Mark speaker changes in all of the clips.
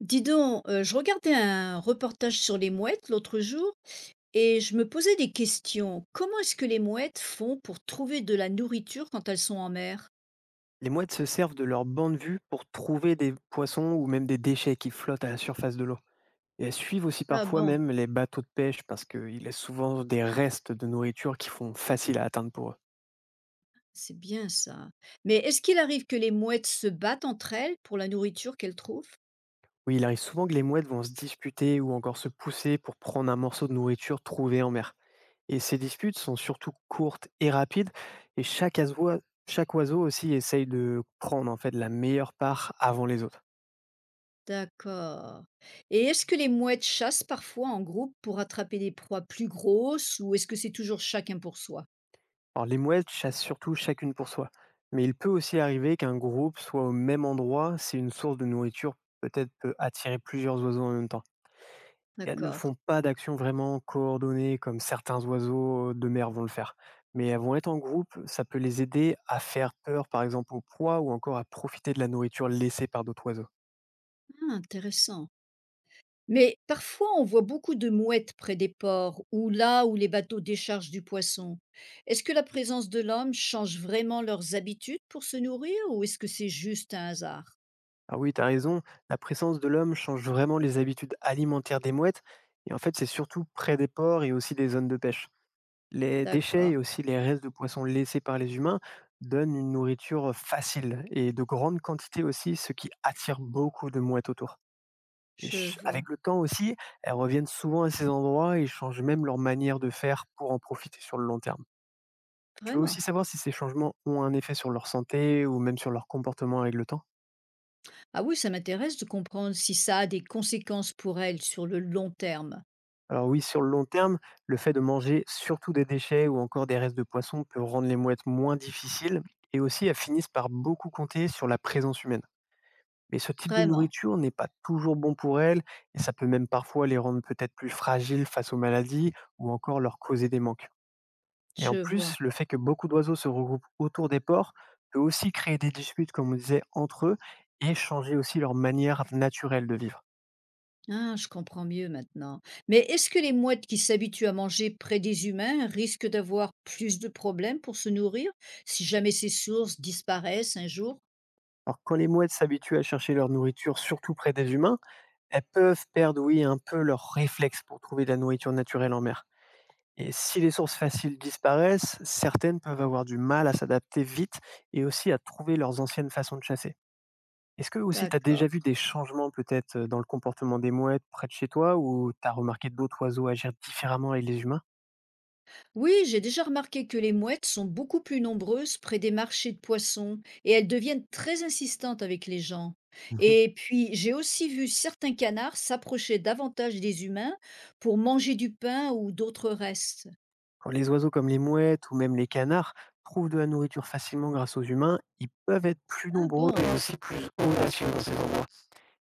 Speaker 1: Dis donc, je regardais un reportage sur les mouettes l'autre jour et je me posais des questions. Comment est-ce que les mouettes font pour trouver de la nourriture quand elles sont en mer?
Speaker 2: Les mouettes se servent de leur banc de vue pour trouver des poissons ou même des déchets qui flottent à la surface de l'eau. Et elles suivent aussi
Speaker 1: Ah
Speaker 2: parfois
Speaker 1: bon,
Speaker 2: même les bateaux de pêche parce qu'ils laissent souvent des restes de nourriture qui font facile à atteindre pour eux.
Speaker 1: c'est bien ça. Mais est-ce qu'il arrive que les mouettes se battent entre elles pour la nourriture qu'elles trouvent?
Speaker 2: Oui, il arrive souvent que les mouettes vont se disputer ou encore se pousser pour prendre un morceau de nourriture trouvé en mer. Et ces disputes sont surtout courtes et rapides, et chaque oiseau aussi essaye de prendre en fait la meilleure part avant les autres.
Speaker 1: D'accord. Et est-ce que les mouettes chassent parfois en groupe pour attraper des proies plus grosses ou est-ce que c'est toujours chacun pour soi?
Speaker 2: Alors les mouettes chassent surtout chacune pour soi, mais il peut aussi arriver qu'un groupe soit au même endroit si une source de nourriture peut-être peut attirer plusieurs oiseaux en même temps. Et elles ne
Speaker 1: D'accord.
Speaker 2: font pas d'action vraiment coordonnée comme certains oiseaux de mer vont le faire. Mais elles vont être en groupe, ça peut les aider à faire peur par exemple aux proies ou encore à profiter de la nourriture laissée par d'autres oiseaux.
Speaker 1: Ah, intéressant. Mais parfois, on voit beaucoup de mouettes près des ports ou là où les bateaux déchargent du poisson. Est-ce que la présence de l'homme change vraiment leurs habitudes pour se nourrir ou est-ce que c'est juste un hasard?
Speaker 2: Ah oui, tu as raison, la présence de l'homme change vraiment les habitudes alimentaires des mouettes, et en fait c'est surtout près des ports et aussi des zones de pêche. Les déchets
Speaker 1: D'accord,
Speaker 2: et aussi les restes de poissons laissés par les humains donnent une nourriture facile et de grande quantité aussi, ce qui attire beaucoup de mouettes autour. Et
Speaker 1: je vois.
Speaker 2: avec le temps aussi, elles reviennent souvent à ces endroits et changent même leur manière de faire pour en profiter sur le long terme. Tu veux
Speaker 1: Vraiment.
Speaker 2: aussi savoir si ces changements ont un effet sur leur santé ou même sur leur comportement avec le temps?
Speaker 1: Ah oui, ça m'intéresse de comprendre si ça a des conséquences pour elles sur le long terme.
Speaker 2: Alors oui, sur le long terme, le fait de manger surtout des déchets ou encore des restes de poissons peut rendre les mouettes moins difficiles, et aussi elles finissent par beaucoup compter sur la présence humaine. Mais ce type de
Speaker 1: Vraiment,
Speaker 2: nourriture n'est pas toujours bon pour elles, et ça peut même parfois les rendre peut-être plus fragiles face aux maladies ou encore leur causer des manques. Et en
Speaker 1: je vois.
Speaker 2: plus, le fait que beaucoup d'oiseaux se regroupent autour des ports peut aussi créer des disputes, comme on disait, entre eux, et changer aussi leur manière naturelle de vivre.
Speaker 1: Ah, je comprends mieux maintenant. Mais est-ce que les mouettes qui s'habituent à manger près des humains risquent d'avoir plus de problèmes pour se nourrir si jamais ces sources disparaissent un jour?
Speaker 2: Alors quand les mouettes s'habituent à chercher leur nourriture surtout près des humains, elles peuvent perdre, oui, un peu leur réflexe pour trouver de la nourriture naturelle en mer. Et si les sources faciles disparaissent, certaines peuvent avoir du mal à s'adapter vite et aussi à trouver leurs anciennes façons de chasser. Est-ce que aussi tu as déjà
Speaker 1: D'accord.
Speaker 2: vu des changements peut-être dans le comportement des mouettes près de chez toi, ou tu as remarqué d'autres oiseaux agir différemment avec les humains?
Speaker 1: Oui, j'ai déjà remarqué que les mouettes sont beaucoup plus nombreuses près des marchés de poissons et elles deviennent très insistantes avec les gens.
Speaker 2: Mhm.
Speaker 1: Et puis, j'ai aussi vu certains canards s'approcher davantage des humains pour manger du pain ou d'autres restes.
Speaker 2: Quand les oiseaux comme les mouettes ou même les canards trouvent de la nourriture facilement grâce aux humains, ils peuvent être plus
Speaker 1: Ah
Speaker 2: nombreux
Speaker 1: bon?
Speaker 2: et aussi plus audacieux dans ces endroits.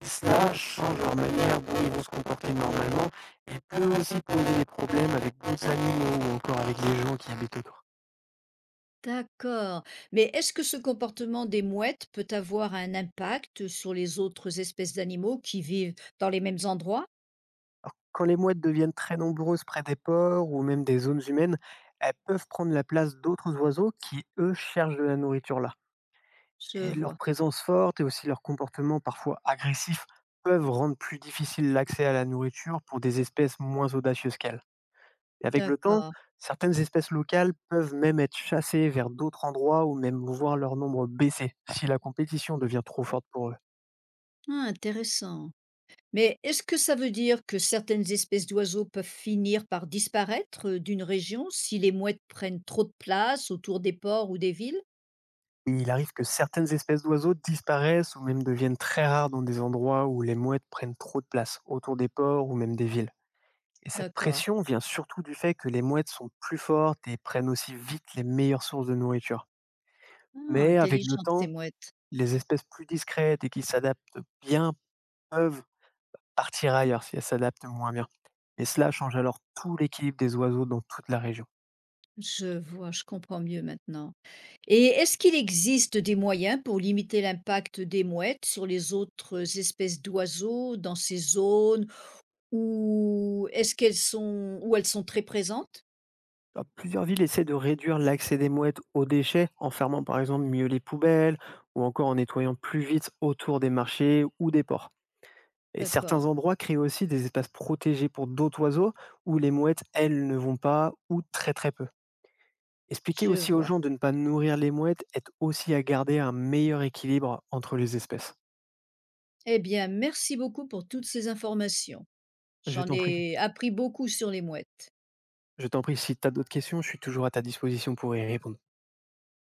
Speaker 2: Cela change leur manière dont ils vont se comporter normalement, et peut aussi poser des problèmes avec d'autres animaux ou encore avec les gens qui habitent autour.
Speaker 1: D'accord. Mais est-ce que ce comportement des mouettes peut avoir un impact sur les autres espèces d'animaux qui vivent dans les mêmes endroits?
Speaker 2: Alors, quand les mouettes deviennent très nombreuses près des ports ou même des zones humaines, elles peuvent prendre la place d'autres oiseaux qui, eux, cherchent de la nourriture là.
Speaker 1: Je
Speaker 2: Et leur
Speaker 1: vois.
Speaker 2: présence forte et aussi leur comportement parfois agressif peuvent rendre plus difficile l'accès à la nourriture pour des espèces moins audacieuses qu'elles. Et avec le temps,
Speaker 1: D'accord.
Speaker 2: certaines espèces locales peuvent même être chassées vers d'autres endroits ou même voir leur nombre baisser si la compétition devient trop forte pour eux.
Speaker 1: Ah, intéressant. Mais est-ce que ça veut dire que certaines espèces d'oiseaux peuvent finir par disparaître d'une région si les mouettes prennent trop de place autour des ports ou des villes?
Speaker 2: Et il arrive que certaines espèces d'oiseaux disparaissent ou même deviennent très rares dans des endroits où les mouettes prennent trop de place, autour des ports ou même des villes. Et cette
Speaker 1: D'accord.
Speaker 2: pression vient surtout du fait que les mouettes sont plus fortes et prennent aussi vite les meilleures sources de nourriture.
Speaker 1: Ah,
Speaker 2: Mais avec le
Speaker 1: intelligentes ces
Speaker 2: temps,
Speaker 1: mouettes.
Speaker 2: les espèces plus discrètes et qui s'adaptent bien peuvent partir ailleurs si elles s'adaptent moins bien. Et cela change alors tout l'équilibre des oiseaux dans toute la région.
Speaker 1: Je vois, je comprends mieux maintenant. Et est-ce qu'il existe des moyens pour limiter l'impact des mouettes sur les autres espèces d'oiseaux dans ces zones où est-ce qu'elles sont où elles sont très présentes?
Speaker 2: Bah, plusieurs villes essaient de réduire l'accès des mouettes aux déchets en fermant par exemple mieux les poubelles ou encore en nettoyant plus vite autour des marchés ou des ports. Et
Speaker 1: D'accord,
Speaker 2: certains endroits créent aussi des espaces protégés pour d'autres oiseaux où les mouettes, elles, ne vont pas ou très très peu. Expliquer
Speaker 1: je
Speaker 2: aussi aux
Speaker 1: vois.
Speaker 2: gens de ne pas nourrir les mouettes aide aussi à garder un meilleur équilibre entre les espèces.
Speaker 1: Eh bien, merci beaucoup pour toutes ces informations.
Speaker 2: Je
Speaker 1: J'en
Speaker 2: t'en prie.
Speaker 1: ai appris beaucoup sur les mouettes.
Speaker 2: Je t'en prie, si tu as d'autres questions, je suis toujours à ta disposition pour y répondre.